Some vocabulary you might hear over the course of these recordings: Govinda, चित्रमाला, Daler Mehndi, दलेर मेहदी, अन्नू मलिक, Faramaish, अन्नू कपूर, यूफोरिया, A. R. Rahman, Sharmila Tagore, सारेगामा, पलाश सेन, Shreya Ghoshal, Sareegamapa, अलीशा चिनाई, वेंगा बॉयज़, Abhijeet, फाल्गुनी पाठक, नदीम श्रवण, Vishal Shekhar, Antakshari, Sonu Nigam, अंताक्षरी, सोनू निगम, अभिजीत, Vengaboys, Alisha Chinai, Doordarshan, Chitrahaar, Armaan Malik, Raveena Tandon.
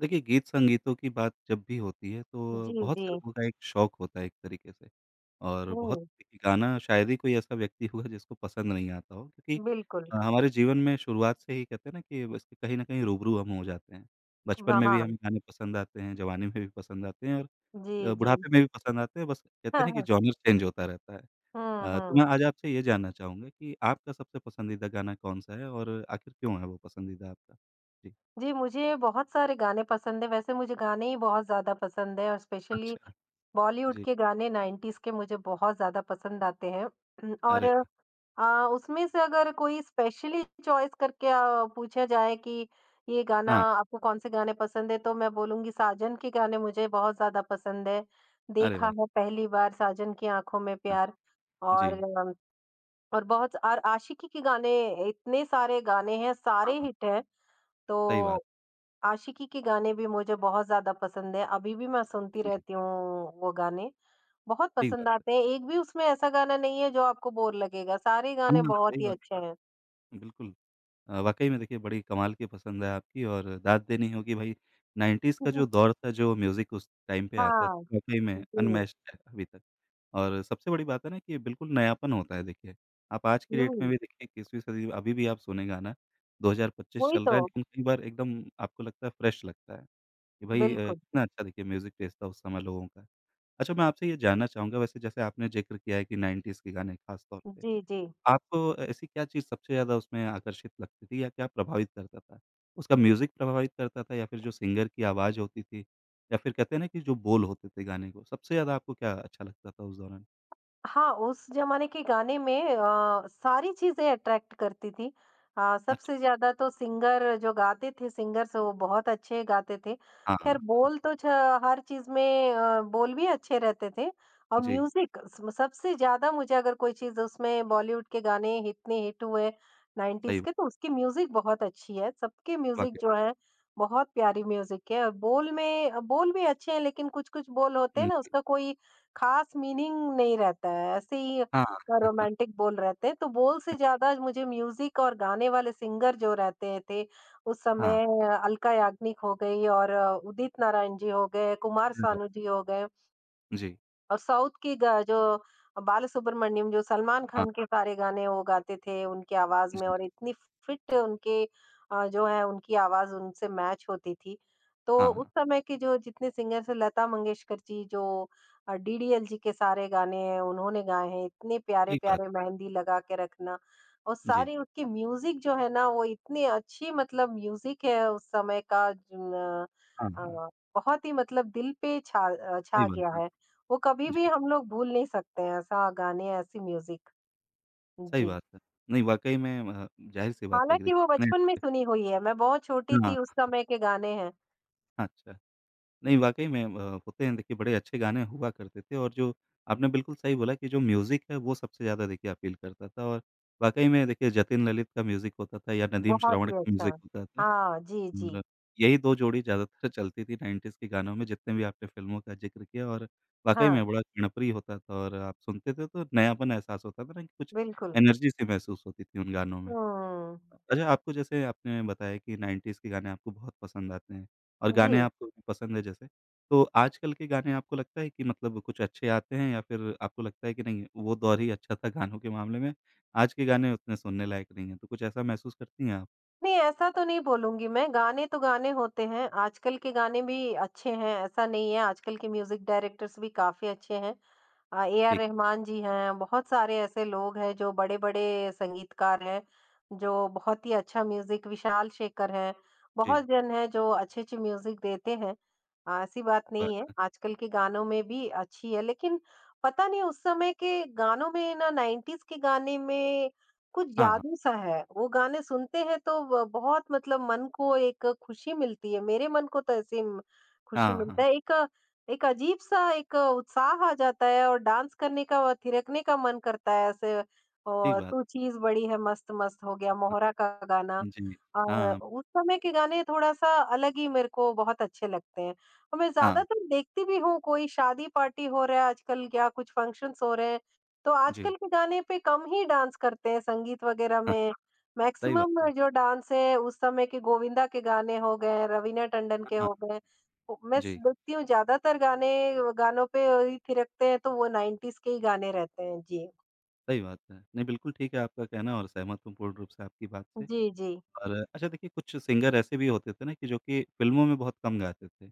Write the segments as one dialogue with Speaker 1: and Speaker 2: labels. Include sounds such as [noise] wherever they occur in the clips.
Speaker 1: देखिए, गीत-संगीतों की बात जब भी होती है तो
Speaker 2: जी,
Speaker 1: बहुत
Speaker 2: जी।
Speaker 1: से लोगों का एक शौक होता है एक तरीके से, और बहुत
Speaker 2: हुँ,
Speaker 1: गाना शायद ही कोई ऐसा व्यक्ति होगा जिसको पसंद नहीं आता हो, क्योंकि
Speaker 2: बिल्कुल।
Speaker 1: हमारे जीवन में शुरुआत से ही कहते हैं ना कि बस कहीं न कहीं रूबरू हम हो जाते हैं। बचपन
Speaker 2: ब
Speaker 1: में भी
Speaker 2: हाँ,
Speaker 1: हमें गाने पसंद आते हैं, जवानी में भी पसंद आते हैं और
Speaker 2: जी, जी।
Speaker 1: बुढ़ापे में भी पसंद आते हैं, बस कहते हैं ना कि
Speaker 2: [laughs]
Speaker 1: जॉनर चेंज होता रहता है।
Speaker 2: हुँ,
Speaker 1: तो
Speaker 2: हुँ।
Speaker 1: मैं आज आपसे ये जानना चाहूँगा कि आपका सबसे पसंदीदा गाना कौन-सा है और आखिर क्यों है वो पसंदीदा आपका? जी।
Speaker 2: जी, मुझे बहुत सारे गाने पसंद हैं, वैसे मुझे गाने ही बहुत ज़्यादा पसंद हैं और स्पेशली
Speaker 1: अच्छा।
Speaker 2: बॉलीवुड
Speaker 1: जी।
Speaker 2: के गाने 90s के मुझे बहुत ज़्यादा पसंद आते हैं। [clears throat] और
Speaker 1: अरे वाह!
Speaker 2: उसमें से अगर कोई स्पेशली चॉइस करके पूछा जाए कि ये गाना
Speaker 1: हाँ,
Speaker 2: आपको कौन-से गाने पसंद है, तो मैं बोलूँगी साजन के गाने मुझे बहुत ज़्यादा पसंद है।
Speaker 1: अरे
Speaker 2: देखा
Speaker 1: वाह!
Speaker 2: है पहली बार साजन की आँखों में
Speaker 1: हाँ,
Speaker 2: प्यार। और
Speaker 1: जी,
Speaker 2: और बहुत और आशिकी के गाने इतने सारे गाने हैं, सारे
Speaker 1: हाँ, हाँ,
Speaker 2: हिट हैं,
Speaker 1: सही
Speaker 2: तो
Speaker 1: बात,
Speaker 2: आशिकी के गाने भी मुझे बहुत ज़्यादा पसंद है, अभी भी मैं सुनती
Speaker 1: जी,
Speaker 2: रहती हूँ वो गाने, बहुत
Speaker 1: ठीक बात
Speaker 2: पसंद
Speaker 1: है।
Speaker 2: आते हैं, एक भी उसमें ऐसा गाना नहीं है जो आपको बोर लगेगा, सारे
Speaker 1: हाँ,
Speaker 2: गाने
Speaker 1: हाँ,
Speaker 2: बहुत
Speaker 1: सही
Speaker 2: ही
Speaker 1: बात
Speaker 2: अच्छे हैं।
Speaker 1: है, बिल्कुल। वाक़ई में देखिए बड़ी कमाल की पसंद है आपकी और दाद देनी होगी भाई। 90s का जो
Speaker 2: [laughs]
Speaker 1: दौर था, जो म्यूज़िक उस टाइम पे आता था,
Speaker 2: हाँ,
Speaker 1: वाक़ई में
Speaker 2: जी,
Speaker 1: अनमैच्ड है अभी तक। और सबसे बड़ी बात है ना कि बिल्कुल नयापन होता है देखिए। आप आज की डेट में
Speaker 2: हुँ,
Speaker 1: भी देखिए 21वीं सदी अभी भी आप सुने गाना, 2025
Speaker 2: वही
Speaker 1: चल रहा
Speaker 2: तो,
Speaker 1: है लेकिन कई बार एकदम आपको लगता है फ्रेश लगता है, कि भाई
Speaker 2: बिल्कुल।
Speaker 1: कितना अच्छा देखिए म्यूज़िक टेस्ट था उस समय लोगों का। अच्छा, मैं आपसे ये जानना चाहूँगा वैसे, जैसे आपने ज़िक्र किया है कि 90s के गाने खास तौर पे,
Speaker 2: जी, जी।
Speaker 1: आपको ऐसी क्या चीज़ सबसे ज़्यादा उसमें आकर्षित लगती थी या क्या प्रभावित करता था? उसका म्यूज़िक प्रभावित करता था या फिर जो सिंगर की आवाज़ होती थी, या फिर कहते हैं ना कि जो बोल होते थे गाने को, सबसे ज़्यादा आपको क्या अच्छा लगता था उस दौरान?
Speaker 2: हाँ, उस ज़माने के गाने में सारी चीज़ें अट्रैक्ट करती थी।
Speaker 1: अच्छा,
Speaker 2: सबसे ज़्यादा तो सिंगर्स वो बहुत अच्छे गाते थे।
Speaker 1: हाँ,
Speaker 2: ख़ैर बोल तो छ हर चीज़ में बोल भी अच्छे रहते थे और
Speaker 1: जी,
Speaker 2: म्यूज़िक स सबसे ज़्यादा मुझे अगर कोई चीज़ उसमें बॉलीवुड के गाने इतने हिट हुए
Speaker 1: सही
Speaker 2: 90s के, तो
Speaker 1: बात,
Speaker 2: उसकी म्यूज़िक बहुत अच्छी है। सबके म्यूज़िक
Speaker 1: वाक़ई।
Speaker 2: जो है बहुत प्यारी म्यूज़िक है, और बोल में बोल भी अच्छे हैं लेकिन कुछ-कुछ बोल होते हैं
Speaker 1: हुँ,
Speaker 2: ना
Speaker 1: जी।
Speaker 2: उसका कोई खास मीनिंग नहीं रहता है, ऐसे ही
Speaker 1: हाँ, हाँ,
Speaker 2: रोमांटिक बोल रहते हैं। तो बोल से ज़्यादा मुझे म्यूज़िक और गाने वाले सिंगर जो रहते थे, उस
Speaker 1: हाँ,
Speaker 2: समय अलका याग्निक हो गई और उदित नारायण जी हो गए, कुमार
Speaker 1: सही बात।
Speaker 2: सानू जी हो गए।
Speaker 1: जी,
Speaker 2: और साउथ की ग जो बालासुब्रमण्यम जो सलमान
Speaker 1: हाँ,
Speaker 2: खान के सारे गाने वो गाते थे उनकी आवाज़ में,
Speaker 1: जी,
Speaker 2: और इतनी फिट उनके जो है उनकी आवाज़ उनसे मैच होती थी। तो
Speaker 1: हाँ,
Speaker 2: उस
Speaker 1: हाँ,
Speaker 2: समय के जो जितने सिंगर्स हैं लता मंगेशकर जी जो डीडीएल जी के सारे गाने हैं उन्होंने गाए हैं, इतने
Speaker 1: ठीक बात।
Speaker 2: प्यारे-प्यारे मेहंदी लगा के रखना और
Speaker 1: जी,
Speaker 2: सारी उसकी म्यूज़िक जो है ना वो इतनी अच्छी मतलब म्यूज़िक है उस समय का,
Speaker 1: हाँ,
Speaker 2: अ
Speaker 1: हाँ,
Speaker 2: अ, बहुत ही मतलब दिल पे
Speaker 1: सही
Speaker 2: छा
Speaker 1: बात
Speaker 2: गया
Speaker 1: है।
Speaker 2: है। वो कभी भी
Speaker 1: जी।
Speaker 2: हम लोग भूल नहीं सकते हैं, ऐसा गाने, ऐसी म्यूज़िक।
Speaker 1: सही
Speaker 2: जी,
Speaker 1: बात है। नहीं वाक़ई में ज़ाहिर-सी बात है कि
Speaker 2: हालाँकि
Speaker 1: देखिए
Speaker 2: वो
Speaker 1: इतने
Speaker 2: बचपन में
Speaker 1: अच्छे
Speaker 2: सुनी हुई है, मैं बहुत छोटी
Speaker 1: हाँ,
Speaker 2: थी उस समय के गाने हैं,
Speaker 1: हाँ, अच्छा। नहीं वाक़ई में होते हैं देखिए बड़े अच्छे गाने हुआ करते थे, और जो आपने बिल्कुल सही बोला कि जो म्यूज़िक है वो सबसे ज़्यादा देखिए अपील करता था, और वाक़ई में देखिए जतिन ललित का म्यूज़िक होता था या नदीम
Speaker 2: बहुत
Speaker 1: श्रवण
Speaker 2: ही
Speaker 1: का
Speaker 2: अच्छा।
Speaker 1: म्यूज़िक होता था,
Speaker 2: हाँ, जी, जी।
Speaker 1: और यही 2 जोड़ी ज़्यादातर चलती थी 90s के गानों में। जितने भी आपने फ़िल्मों का ज़िक्र किया, और वाक़ई
Speaker 2: हाँ,
Speaker 1: में बड़ा कर्णप्रिय होता था, और आप सुनते थे तो नयापन एहसास होता था ना कि कुछ
Speaker 2: बिल्कुल।
Speaker 1: एनर्जी-सी महसूस होती थी उन गानों में।
Speaker 2: हुँ,
Speaker 1: अच्छा, आपको जैसे आपने बताया कि 90s के गाने आपको बहुत पसंद आते हैं और
Speaker 2: जी।
Speaker 1: गाने आपको भी पसंद है जैसे, तो आजकल के गाने आपको लगता है कि मतलब कुछ अच्छे आते हैं, या फिर आपको लगता है कि नहीं, वो दौर ही अच्छा था गानों के मामले में, आज के गाने उतने सुनने लायक नहीं हैं, तो कुछ ऐसा महसूस करती हैं आप?
Speaker 2: नहीं, ऐसा तो नहीं बोलूँगी मैं, गाने तो गाने होते हैं, आजकल के गाने भी अच्छे हैं, ऐसा नहीं है, आजकल के म्यूज़िक डायरेक्टर्स भी काफ़ी अच्छे हैं। ए आर
Speaker 1: ठीक,
Speaker 2: रहमान जी हैं, बहुत सारे ऐसे लोग हैं जो बड़े-बड़े संगीतकार हैं, जो बहुत ही अच्छा म्यूज़िक विशाल शेखर हैं,
Speaker 1: जी,
Speaker 2: बहुत जन हैं जो अच्छे-अच्छे म्यूज़िक देते हैं। ऐसी बात
Speaker 1: बात
Speaker 2: नहीं है,
Speaker 1: है।
Speaker 2: आजकल के गानों में भी अच्छी है लेकिन पता नहीं उस समय के गानों में ना 90s के गाने में कुछ
Speaker 1: हाँ,
Speaker 2: जादू सा है, वो गाने सुनते हैं तो ब बहुत मतलब मन को एक खुशी मिलती है, मेरे मन को तो ऐसे म खुशी
Speaker 1: हाँ, हाँ,
Speaker 2: मिलता
Speaker 1: हाँ,
Speaker 2: है, एक एक अजीब-सा एक उत्साह आ जाता है और डांस करने का व थिरकने का मन करता है ऐसे,
Speaker 1: ठीक
Speaker 2: और
Speaker 1: बात,
Speaker 2: तू चीज़ बड़ी है मस्त-मस्त हो गया,
Speaker 1: हाँ,
Speaker 2: मोहरा का गाना।
Speaker 1: जी,
Speaker 2: अ,
Speaker 1: हाँ,
Speaker 2: उस समय के गाने थोड़ा-सा अलग ही मेरे को बहुत अच्छे लगते हैं, और मैं
Speaker 1: हाँ,
Speaker 2: ज़्यादातर देखती भी हूँ, कोई शादी पार्टी हो रहा है आजकल या कुछ फंक्शन्स हो रहे हैं, तो
Speaker 1: जी,
Speaker 2: आजकल के गाने पे कम ही डांस करते हैं संगीत वगैरह
Speaker 1: हाँ,
Speaker 2: में।
Speaker 1: सही
Speaker 2: मैक्सिमम
Speaker 1: बात है।
Speaker 2: जो डांस है उस समय के गोविंदा के गाने हो गए, रवीना टंडन
Speaker 1: हाँ,
Speaker 2: के
Speaker 1: हाँ,
Speaker 2: हो गए, ओ, मैं स
Speaker 1: जी,
Speaker 2: देखती हूँ ज़्यादातर गाने गानों पे वही थिरकते हैं तो वो 90s के ही गाने रहते हैं। जी।
Speaker 1: सही बात है। नहीं, बिल्कुल ठीक है आपका कहना और सहमत हूँ पूर्ण रूप से आपकी बात से।
Speaker 2: जी, जी।
Speaker 1: और अच्छा देखिए कुछ सिंगर ऐसे भी होते थे ना कि जो कि फ़िल्मों में बहुत कम गाते थे,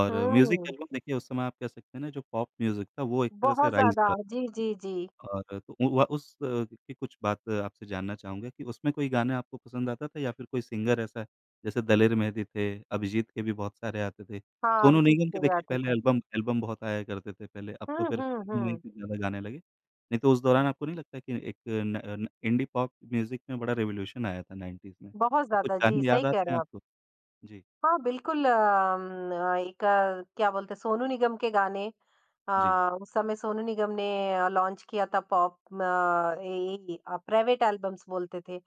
Speaker 1: और म्यूज़िक
Speaker 2: हुँ।
Speaker 1: एल्बम देखिए उस समय आप कह सकते हैं ना जो पॉप म्यूज़िक था वो एक तरह से
Speaker 2: बहुत
Speaker 1: राइज़
Speaker 2: ज़्यादा।
Speaker 1: हो रहा
Speaker 2: जी,
Speaker 1: था।
Speaker 2: जी, जी।
Speaker 1: और तो उ व उस की कुछ बात आपसे जानना चाहूँगा कि उसमें कोई गाना आपको पसंद आता था या फिर कोई सिंगर ऐसा, जैसे दलेर मेहदी थे, अभिजीत के भी बहुत सारे आते थे।
Speaker 2: हाँ,
Speaker 1: सोनू
Speaker 2: अभिजीत
Speaker 1: निगम के
Speaker 2: के भी
Speaker 1: देखिए
Speaker 2: आते
Speaker 1: पहले
Speaker 2: थे।
Speaker 1: एल्बम एल्बम बहुत आया करते थे पहले, अब तो
Speaker 2: हुँ,
Speaker 1: फिर
Speaker 2: हुँ,
Speaker 1: फिल्मों में ही
Speaker 2: हुँ।
Speaker 1: कुछ ज़्यादा गाने लगे। नहीं तो उस दौरान आपको नहीं लगता कि एक न न इंडी पॉप म्यूज़िक में बड़ा रिवॉल्यूशन आया था 90s में?
Speaker 2: बहुत
Speaker 1: तो कुछ
Speaker 2: ज़्यादा जी,
Speaker 1: गाने याद
Speaker 2: सही कह
Speaker 1: आते
Speaker 2: रहे
Speaker 1: हैं
Speaker 2: हो आप।
Speaker 1: आपको? जी,
Speaker 2: हाँ, बिल्कुल अम, अ, एक अ, क्या बोलते हैं सोनू निगम के गाने, अ,
Speaker 1: जी।
Speaker 2: उस समय सोनू निगम ने लॉन्च किया था पॉप म ए ए, प्राइवेट एल्बम्स बोलते थे।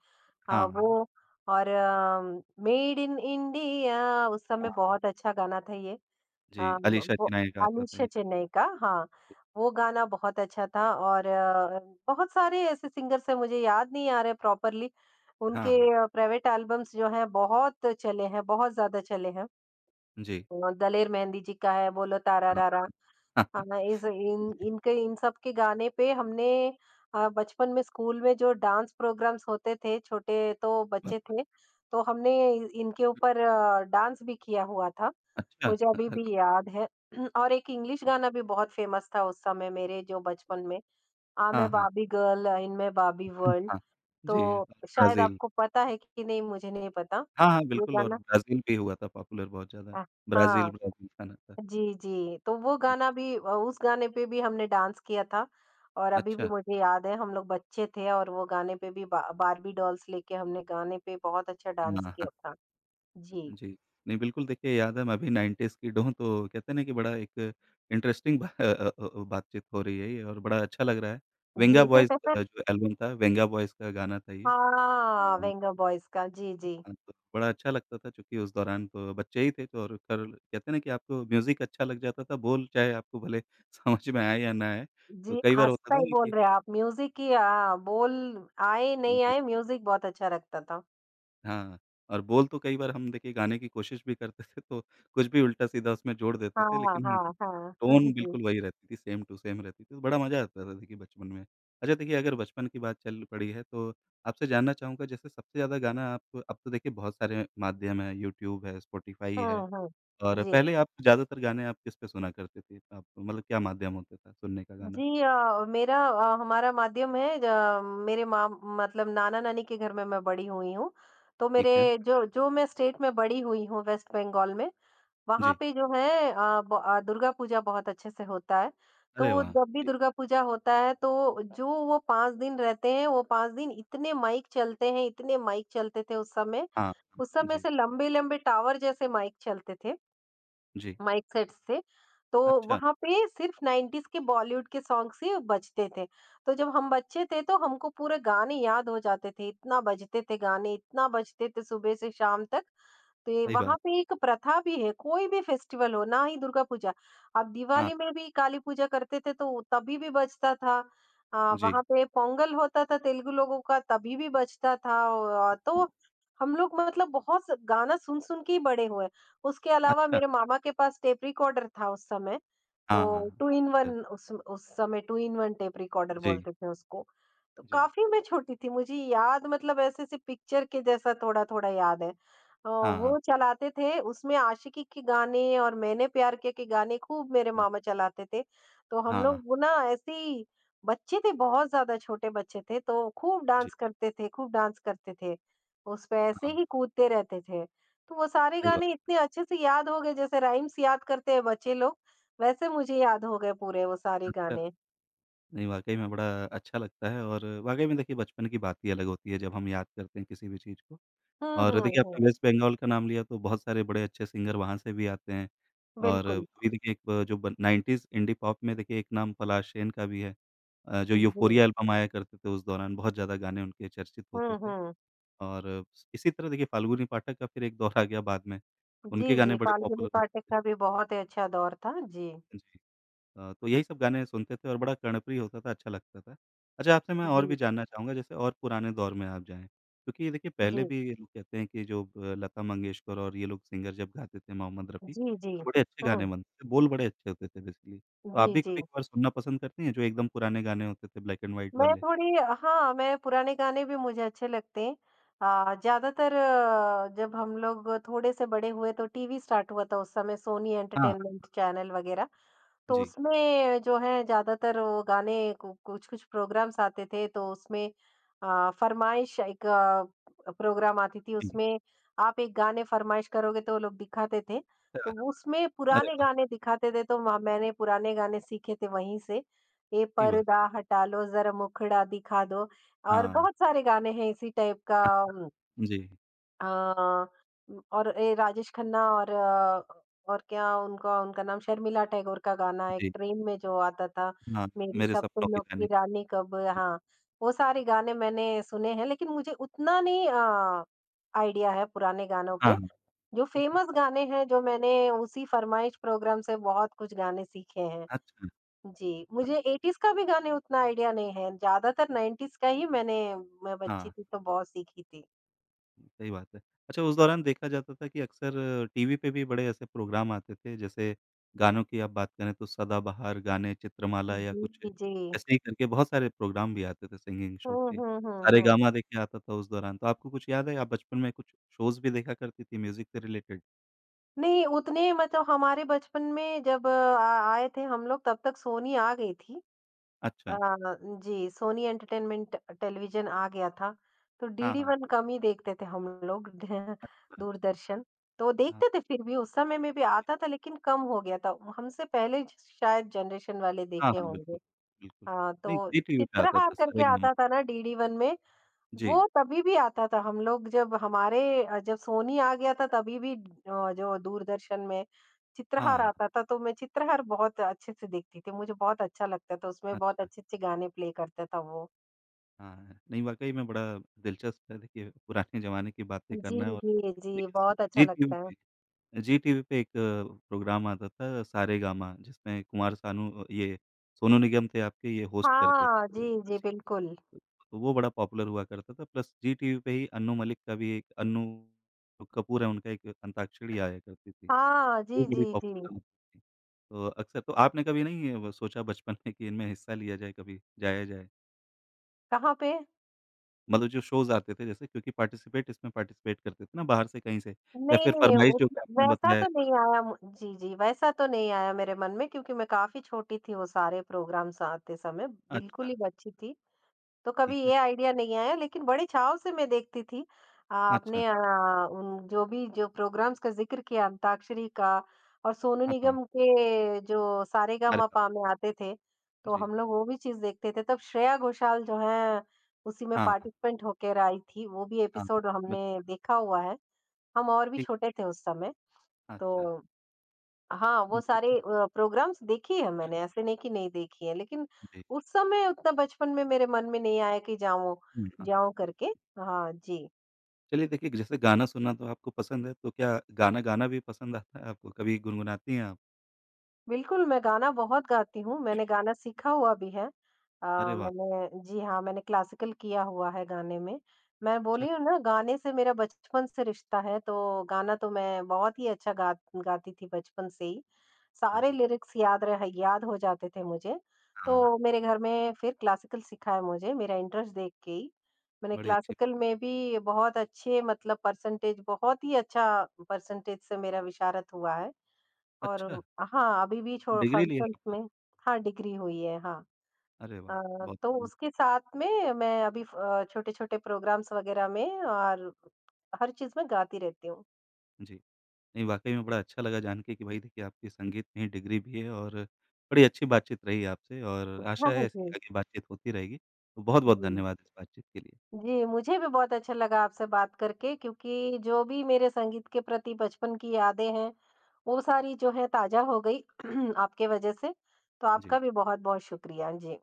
Speaker 2: हाँ,
Speaker 1: हाँ,
Speaker 2: वो और मेड इन इंडिया उस समय
Speaker 1: हाँ।
Speaker 2: बहुत अच्छा गाना था ये।
Speaker 1: जी,
Speaker 2: अ,
Speaker 1: अलीशा
Speaker 2: वो
Speaker 1: चिनाई का आता था
Speaker 2: अलीशा
Speaker 1: ये।
Speaker 2: चेन्नई का, हाँ, वो गाना बहुत अच्छा था और बहुत सारे ऐसे सिंगर्स हैं मुझे याद नहीं आ रहे प्रॉपरली
Speaker 1: हाँ,
Speaker 2: उनके
Speaker 1: हाँ।
Speaker 2: प्राइवेट एल्बम्स जो हैं बहुत चले हैं, बहुत ज़्यादा चले हैं।
Speaker 1: जी,
Speaker 2: दलेर मेहंदी जी का है, बोलो तारा
Speaker 1: हाँ।
Speaker 2: रा रा।
Speaker 1: [laughs]
Speaker 2: हाँ, इस इन इनके इन सब के गाने पे हमने बचपन में स्कूल में जो डांस प्रोग्राम्स होते थे, छोटे तो बच्चे थे, तो हमने इ इनके ऊपर डांस भी किया हुआ था।
Speaker 1: अच्छा।
Speaker 2: मुझे अभी भी
Speaker 1: [laughs]
Speaker 2: याद है। [clears throat] और एक इंग्लिश गाना भी बहुत फेमस था उस समय मेरे जो बचपन में, आ
Speaker 1: हाँ,
Speaker 2: मैं
Speaker 1: हाँ।
Speaker 2: बार्बी गर्ल, इन मैं बार्बी
Speaker 1: हुँ,
Speaker 2: वर्ल्ड।
Speaker 1: हाँ,
Speaker 2: तो
Speaker 1: जी,
Speaker 2: शायद
Speaker 1: ब्राज़ील।
Speaker 2: आपको पता है कि नहीं मुझे नहीं पता।
Speaker 1: हाँ, हाँ,
Speaker 2: ये
Speaker 1: बिल्कुल, और
Speaker 2: गाना
Speaker 1: ब्राज़ील भी हुआ था पॉपुलर बहुत ज़्यादा।
Speaker 2: अ,
Speaker 1: ब्राज़ील
Speaker 2: हाँ।
Speaker 1: ब्राज़ील खाना था।
Speaker 2: जी, जी। तो वो
Speaker 1: हुँ,
Speaker 2: गाना भी उस गाने पे भी हमने डांस किया था, और अभी भी
Speaker 1: अच्छा।
Speaker 2: मुझे याद है हम लोग बच्चे थे और वो गाने पे भी बा बार्बी डॉल्स लेके हमने गाने पे बहुत अच्छा डांस
Speaker 1: हाँ, हाँ,
Speaker 2: किया था। जी,
Speaker 1: जी। नहीं, बिल्कुल देखिए याद है मैं भी 90s किड हूँ, तो कहते हैं ना कि बड़ा एक इंटरेस्टिंग बा बातचीत हो रही है ये और बड़ा अच्छा लग रहा है।
Speaker 2: जी।
Speaker 1: वेंगा बॉयज़
Speaker 2: [laughs]
Speaker 1: का जो एल्बम था, वेंगा बॉयज़ का गाना था ये।
Speaker 2: हाँ, वेंगा बॉयज़ का। जी, जी।
Speaker 1: हाँ, तो बड़ा अच्छा लगता था चूँकि उस दौरान तो बच्चे ही थे, तो और कर कहते हैं ना कि आपको म्यूज़िक अच्छा लग जाता था, बोल चाहे आपको भले [laughs] समझ में आए या ना आए। तो
Speaker 2: जी,
Speaker 1: कई बार होता
Speaker 2: हँसता
Speaker 1: था
Speaker 2: ही
Speaker 1: ना
Speaker 2: बोल
Speaker 1: कि
Speaker 2: रहे हैं आप। म्यूज़िक ही बोल आए, नहीं
Speaker 1: जी,
Speaker 2: आए, म्यूज़िक बहुत अच्छा रखता था।
Speaker 1: हाँ, और बोल तो कई बार हम देखिए गाने की कोशिश भी करते थे, तो कुछ भी उल्टा-सीधा उसमें जोड़ देते थे,
Speaker 2: हाँ,
Speaker 1: लेकिन हाँ,
Speaker 2: हाँ, हाँ।
Speaker 1: टोन
Speaker 2: [laughs] जी।
Speaker 1: बिल्कुल वही रहती थी, सेम टू सेम रहती थी, तो बड़ा मज़ा आता था देखिए बचपन में। अच्छा देखिए अगर बचपन की बात चल पड़ी है तो आपसे जानना चाहूँगा जैसे सबसे ज़्यादा गाना आप अब तो देखिए बहुत सारे माध्यम हैं, यूट्यूब है, स्पॉटिफ़ाई है,
Speaker 2: हुँ, हुँ।
Speaker 1: और
Speaker 2: जी।
Speaker 1: पहले आप ज़्यादातर गाने आप किस पे सुना करते थे? आप मतलब क्या माध्यम होता था सुनने का गाना?
Speaker 2: हमारा माध्यम है, अ, मेरे माम मतलब नाना-नानी के घर में मैं बड़ी हुई हूँ। तो मेरे
Speaker 1: ठीक है।
Speaker 2: जो जो मैं स्टेट में बड़ी हुई हूँ वेस्ट बंगाल में, वहाँ
Speaker 1: जी।
Speaker 2: पे जो है दुर्गा पूजा बहुत अच्छे से होता है।
Speaker 1: अरे
Speaker 2: तो
Speaker 1: वाह!
Speaker 2: जब भी
Speaker 1: जी।
Speaker 2: दुर्गा पूजा होता है तो जो वो 5 दिन रहते हैं, वो 5 दिन इतने माइक चलते हैं, इतने माइक चलते थे उस समय।
Speaker 1: हाँ।
Speaker 2: उस समय
Speaker 1: जी,
Speaker 2: से लंबे-लंबे टावर जैसे माइक चलते थे।
Speaker 1: जी।
Speaker 2: माइक सेट से, तो
Speaker 1: अच्छा,
Speaker 2: वहाँ पे सिर्फ़ 90s के बॉलीवुड के सॉन्ग्स ही बजते थे। तो जब हम बच्चे थे तो हमको पूरे गाने याद हो जाते थे, इतना बजते थे गाने, इतना बजते थे सुबह से शाम तक। तो ये
Speaker 1: सही
Speaker 2: वहाँ
Speaker 1: बात।
Speaker 2: पे एक प्रथा भी है, कोई भी फेस्टिवल हो, ना ही दुर्गा पूजा। अब
Speaker 1: हाँ,
Speaker 2: दिवाली में भी काली पूजा करते थे तो तभी भी बजता था।
Speaker 1: जी।
Speaker 2: वहाँ पे पोंगल होता था तेलुगु लोगों का तभी भी बजता था। औ तो हम लोग मतलब बहुत स गाना सुन-सुन के ही बड़े हुए। उसके अलावा
Speaker 1: अच्छा।
Speaker 2: मेरे मामा के पास टेप रिकॉर्डर था उस समय,
Speaker 1: हाँ, हाँ,
Speaker 2: तो
Speaker 1: हाँ।
Speaker 2: टू इन
Speaker 1: त
Speaker 2: वन, उस समय two in one tape recorder
Speaker 1: जी,
Speaker 2: बोलते थे उसको। तो
Speaker 1: जी।
Speaker 2: काफ़ी मैं छोटी थी, मुझे याद मतलब ऐसे-ऐसे पिक्चर के जैसा थोड़ा-थोड़ा याद है।
Speaker 1: हाँ, हाँ।
Speaker 2: वो चलाते थे, उसमें आशिकी के गाने और मैंने प्यार किया के गाने खूब मेरे
Speaker 1: न
Speaker 2: मामा चलाते थे। तो हम
Speaker 1: हाँ,
Speaker 2: लोग वो ना ऐसे ही बच्चे थे, बहुत ज़्यादा छोटे बच्चे थे, तो खूब
Speaker 1: जी।
Speaker 2: डांस करते थे, खूब डांस करते थे। उस पे ऐसे
Speaker 1: हाँ,
Speaker 2: ही कूदते रहते थे। तो वो सारे
Speaker 1: सही बात।
Speaker 2: गाने इतने अच्छे से याद हो गए जैसे राइम्स याद करते हैं बच्चे लोग, वैसे मुझे याद हो गए पूरे वो सारे
Speaker 1: अच्छा,
Speaker 2: गाने।
Speaker 1: नहीं वाक़ई में बड़ा अच्छा लगता है, और वाक़ई में देखिए बचपन की बात ही अलग होती है जब हम याद करते हैं किसी भी चीज़ को।
Speaker 2: हुँ,
Speaker 1: और
Speaker 2: हुँ,
Speaker 1: देखिए
Speaker 2: हुँ,
Speaker 1: आपने वेस्ट बंगाल का नाम लिया तो बहुत सारे बड़े अच्छे सिंगर वहाँ से भी आते हैं, और
Speaker 2: बिल्कुल।
Speaker 1: अभी देखिए एक जो ब 90s इंडी पॉप में देखिए एक नाम पलाश सेन का भी है। जो
Speaker 2: जी।
Speaker 1: यूफोरिया एल्बम आया करते थे उस दौरान बहुत ज़्यादा गाने उनके चर्चित होते
Speaker 2: हुँ,
Speaker 1: थे,
Speaker 2: हुँ।
Speaker 1: और इसी तरह देखिए फाल्गुनी पाठक का फिर एक दौर आ गया बाद में,
Speaker 2: जी,
Speaker 1: उनके गाने
Speaker 2: जी,
Speaker 1: बड़े
Speaker 2: फाल्गुनी
Speaker 1: पॉपुलर हुए
Speaker 2: पाठक
Speaker 1: थे।
Speaker 2: का भी बहुत ही अच्छा दौर था। जी,
Speaker 1: जी। तो यही सब गाने सुनते थे और बड़ा कर्णप्रिय होता था, अच्छा लगता था। अच्छा, आपसे मैं और भी
Speaker 2: जी,
Speaker 1: जानना चाहूँगा जैसे और पुराने दौर में आप जाएँ, क्योंकि देखिए पहले
Speaker 2: जी,
Speaker 1: भी ये लोग कहते हैं कि जो लता मंगेशकर और ये लोग सिंगर जब गाते थे मोहम्मद रफ़ी,
Speaker 2: जी, जी।
Speaker 1: तो बड़े अच्छे गाने
Speaker 2: हुँ,
Speaker 1: बनते थे, बोल बड़े अच्छे होते थे बेसिकली। तो आप
Speaker 2: जी,
Speaker 1: भी
Speaker 2: जी।
Speaker 1: कभी-कभार सुनना पसंद करती हैं जो एकदम पुराने गाने होते थे ब्लैक एंड व्हाइट
Speaker 2: मैं
Speaker 1: वाले?
Speaker 2: थोड़ी हाँ, मैं पुराने गाने भी मुझे अच्छे लगते हैं। अ, ज़्यादातर जब हम लोग थोड़े से बड़े हुए तो टीवी स्टार्ट हुआ था उस समय, सोनी
Speaker 1: हाँ,
Speaker 2: एंटरटेनमेंट चैनल वगैरह। तो
Speaker 1: जी,
Speaker 2: उसमें जो है ज़्यादातर वो गाने कु कुछ-कुछ प्रोग्राम्स आते थे तो उसमें फ़रमाइश एक प्रोग्राम आती थी
Speaker 1: जी।
Speaker 2: उसमें आप एक गाने फ़रमाइश करोगे तो वो लोग दिखाते थे। तो
Speaker 1: अच्छा,
Speaker 2: वो उसमें
Speaker 1: अरे
Speaker 2: पुराने
Speaker 1: वाह!
Speaker 2: गाने दिखाते थे तो म मैंने पुराने गाने सीखे थे वहीं से। ये
Speaker 1: ठीक बात
Speaker 2: पर्दा
Speaker 1: है।
Speaker 2: हटा लो ज़रा मुखड़ा दिखा दो, और
Speaker 1: हाँ,
Speaker 2: बहुत सारे गाने हैं इसी टाइप का।
Speaker 1: जी,
Speaker 2: अ, और ये राजेश खन्ना और अ, और क्या उनका उनका नाम शर्मिला टैगोर का गाना एक
Speaker 1: जी।
Speaker 2: ट्रेन में जो आता था,
Speaker 1: हाँ,
Speaker 2: मेरी
Speaker 1: मेरे
Speaker 2: सब
Speaker 1: सपनों के
Speaker 2: फूलों
Speaker 1: गाने।
Speaker 2: की रानी कब,
Speaker 1: जी,
Speaker 2: हाँ, वो सारे गाने मैंने सुने हैं लेकिन मुझे उतना नहीं आइडिया है पुराने गानों
Speaker 1: हाँ,
Speaker 2: पे।
Speaker 1: हाँ,
Speaker 2: जो
Speaker 1: ठीक है।
Speaker 2: फ़ेमस गाने हैं जो मैंने उसी फ़रमाइश प्रोग्राम से बहुत कुछ गाने सीखे हैं।
Speaker 1: अच्छा,
Speaker 2: जी, मुझे 80s का भी गाने उतना आइडिया नहीं है, ज़्यादातर 90s का ही मैं बच्ची
Speaker 1: हाँ।
Speaker 2: थी तो बहुत सीखी थी।
Speaker 1: सही बात है। अच्छा, उस दौरान देखा जाता था कि अक्सर टीवी पे भी बड़े ऐसे प्रोग्राम आते थे, जैसे गानों की आप बात करें तो सदाबहार गाने, चित्रमाला या
Speaker 2: जी,
Speaker 1: कुछ
Speaker 2: जी।
Speaker 1: ऐसे ही करके बहुत सारे प्रोग्राम भी आते थे सिंगिंग शो
Speaker 2: हुँ,
Speaker 1: के।
Speaker 2: हुँ, हुँ, हुँ।
Speaker 1: सारेगामा देखिए आता था उस दौरान, तो आपको कुछ याद है आप बचपन में कुछ शोज़ भी देखा करती थी म्यूज़िक से रिलेटेड?
Speaker 2: नहीं, उतने मतलब हमारे बचपन में जब अ, आ आए थे हम लोग तब तक सोनी आ गई थी।
Speaker 1: अच्छा,
Speaker 2: अ, जी, सोनी एंटरटेनमेंट टेलीविज़न आ गया था, तो
Speaker 1: हाँ,
Speaker 2: डीडी
Speaker 1: हाँ।
Speaker 2: वन कम ही देखते थे हम लोग। [laughs]
Speaker 1: अच्छा,
Speaker 2: दूरदर्शन। तो
Speaker 1: हाँ।
Speaker 2: देखते थे फिर भी, उस समय में भी आता था लेकिन कम हो गया था। शायद जनरेशन वाले
Speaker 1: हाँ,
Speaker 2: देखे
Speaker 1: हाँ,
Speaker 2: होंगे।
Speaker 1: बिल्कुल, बिल्कुल।
Speaker 2: हाँ,
Speaker 1: नहीं
Speaker 2: तो
Speaker 1: जी टीवी पे आता
Speaker 2: चित्रहार
Speaker 1: था
Speaker 2: करके
Speaker 1: सारेगामा।
Speaker 2: आता था ना डीडी वन में,
Speaker 1: जी,
Speaker 2: वो तभी भी आता था हम लोग जब हमारे जब सोनी आ गया था तभी भी, जो दूरदर्शन में चित्रहार
Speaker 1: हाँ,
Speaker 2: आता था तो मैं चित्रहार बहुत अच्छे से देखती थी, मुझे बहुत अच्छा लगता था, उसमें बहुत
Speaker 1: अच्छा,
Speaker 2: अच्छे अच्छे गाने प्ले करता था वो।
Speaker 1: हाँ। नहीं वाक़ई में बड़ा दिलचस्प है देखिए पुराने ज़माने की बातें
Speaker 2: जी
Speaker 1: करना और
Speaker 2: जी जी,
Speaker 1: देखिए,
Speaker 2: बहुत अच्छा
Speaker 1: जी टीवी
Speaker 2: लगता है।
Speaker 1: पे। जी टीवी पे एक प्रोग्राम आता था सारेगामा जिसमें कुमार सानू अ, ये सोनू निगम थे आपके, ये होस्ट करते
Speaker 2: हाँ
Speaker 1: थे।
Speaker 2: जी जी
Speaker 1: जी,
Speaker 2: बिल्कुल।
Speaker 1: तो वो बड़ा पॉपुलर हुआ करता था, प्लस जी टीवी पे ही अन्नू मलिक का भी एक अन्नू कपूर है उनका एक अंताक्षरी आया करती थी।
Speaker 2: हाँ
Speaker 1: वो
Speaker 2: जी
Speaker 1: बड़ी
Speaker 2: जी जी।
Speaker 1: पॉपुलर हुई थी। तो अक्सर तो आपने कभी नहीं सोचा बचपन में कि इनमें हिस्सा लिया जाए कभी, जाया जाए?
Speaker 2: कहाँ पे?
Speaker 1: मतलब जो शोज़ आते थे जैसे, क्योंकि पार्टिसिपेट इसमें पार्टिसिपेट करते थे ना बाहर से कहीं से, या
Speaker 2: नहीं
Speaker 1: फिर
Speaker 2: नहीं
Speaker 1: फरमाइश जो
Speaker 2: उस-
Speaker 1: आपने
Speaker 2: वैसा
Speaker 1: बताया
Speaker 2: तो नहीं आया मु- जी जी, वैसा तो नहीं आया मेरे मन में क्योंकि मैं काफी छोटी थी वो सारे प्रोग्राम्स आते समय, बिल्कुल
Speaker 1: अच्छा।
Speaker 2: ही बच्ची थी, तो
Speaker 1: ठीक
Speaker 2: कभी
Speaker 1: है।
Speaker 2: ये आइडिया नहीं आया लेकिन बड़े चाव से मैं देखती थी। अ,
Speaker 1: अच्छा,
Speaker 2: आपने अ, उन जो भी जो प्रोग्राम्स का ज़िक्र किया, अंताक्षरी का और सोनू
Speaker 1: हाँ, हाँ।
Speaker 2: निगम के जो
Speaker 1: हुँ। अरे वाह!
Speaker 2: सारेगामापा में आते थे, तो
Speaker 1: जी।
Speaker 2: हम लोग वो भी चीज़ देखते थे। तब श्रेया घोषाल जो हैं, उसी में
Speaker 1: हाँ, हाँ,
Speaker 2: पार्टिसिपेंट होकर आई थी। वो भी
Speaker 1: हाँ,
Speaker 2: एपिसोड
Speaker 1: हाँ, बिल
Speaker 2: हमने देखा हुआ है। हम और भी
Speaker 1: ठीक है।
Speaker 2: छोटे थे उस समय,
Speaker 1: अच्छा,
Speaker 2: तो हाँ, वो
Speaker 1: जी अच्छा,
Speaker 2: सारे प्रोग्राम्स देखे हैं मैंने, ऐसे नहीं कि नहीं देखी हैं, लेकिन
Speaker 1: जी।
Speaker 2: उस समय उतना बचपन में मेरे मन में नहीं आया कि जाऊँ
Speaker 1: हुँ, हाँ।
Speaker 2: जाऊँ करके। हाँ जी।
Speaker 1: चलिए देखिए जैसे गाना सुनना तो आपको पसंद है, तो क्या गाना गाना भी पसंद आता है आपको? कभी गुनगुनाती हैं आप?
Speaker 2: बिल्कुल, मैं गाना बहुत गाती हूँ, मैंने गाना सीखा हुआ भी है। अ,
Speaker 1: अरे वाह!
Speaker 2: मैंने जी हाँ, मैंने क्लासिकल किया हुआ है गाने में। मैं
Speaker 1: अच्छा,
Speaker 2: बोली हूँ ना गाने से मेरा बचपन से रिश्ता है, तो गाना तो मैं बहुत ही अच्छा गा गाती थी बचपन से ही।
Speaker 1: जी।
Speaker 2: सारे लिरिक्स याद हो जाते थे मुझे।
Speaker 1: हाँ,
Speaker 2: तो मेरे घर में फिर क्लासिकल सिखाया मुझे, मेरा इंटरेस्ट देख के ही। मैंने
Speaker 1: बड़ी अच्छी बात
Speaker 2: क्लासिकल में
Speaker 1: है।
Speaker 2: भी बहुत अच्छे मतलब परसेंटेज, बहुत ही अच्छा परसेंटेज से मेरा विशारत हुआ है। और
Speaker 1: अच्छा,
Speaker 2: हाँ, अभी भी छो
Speaker 1: डिग्री ली है
Speaker 2: फंक्शंस
Speaker 1: आपने?
Speaker 2: में हाँ, डिग्री हुई है, हाँ।
Speaker 1: अरे वाह! बहुत
Speaker 2: तो
Speaker 1: बढ़िया।
Speaker 2: उसके साथ में मैं अभी छोटे-छोटे प्रोग्राम्स वगैरह में और हर चीज़ में गाती रहती हूँ।
Speaker 1: जी। नहीं वाक़ई में बड़ा अच्छा लगा जान के कि भाई देखिए आपकी संगीत में ही डिग्री भी है, और बड़ी अच्छी बातचीत रही आपसे और
Speaker 2: [laughs] हाँ,
Speaker 1: आशा
Speaker 2: हाँ,
Speaker 1: है ऐसी
Speaker 2: जी।
Speaker 1: आगे बातचीत होती रहेगी। तो बहुत-बहुत
Speaker 2: जी।
Speaker 1: धन्यवाद इस बातचीत के लिए।
Speaker 2: जी, मुझे भी बहुत अच्छा लगा आपसे बात करके, क्योंकि जो भी मेरे संगीत के प्रति बचपन की यादें हैं, वो सारी जो है ताज़ा हो गई [clears throat] आपके वजह से। तो
Speaker 1: जी।
Speaker 2: आपका भी बहुत-बहुत शुक्रिया। जी।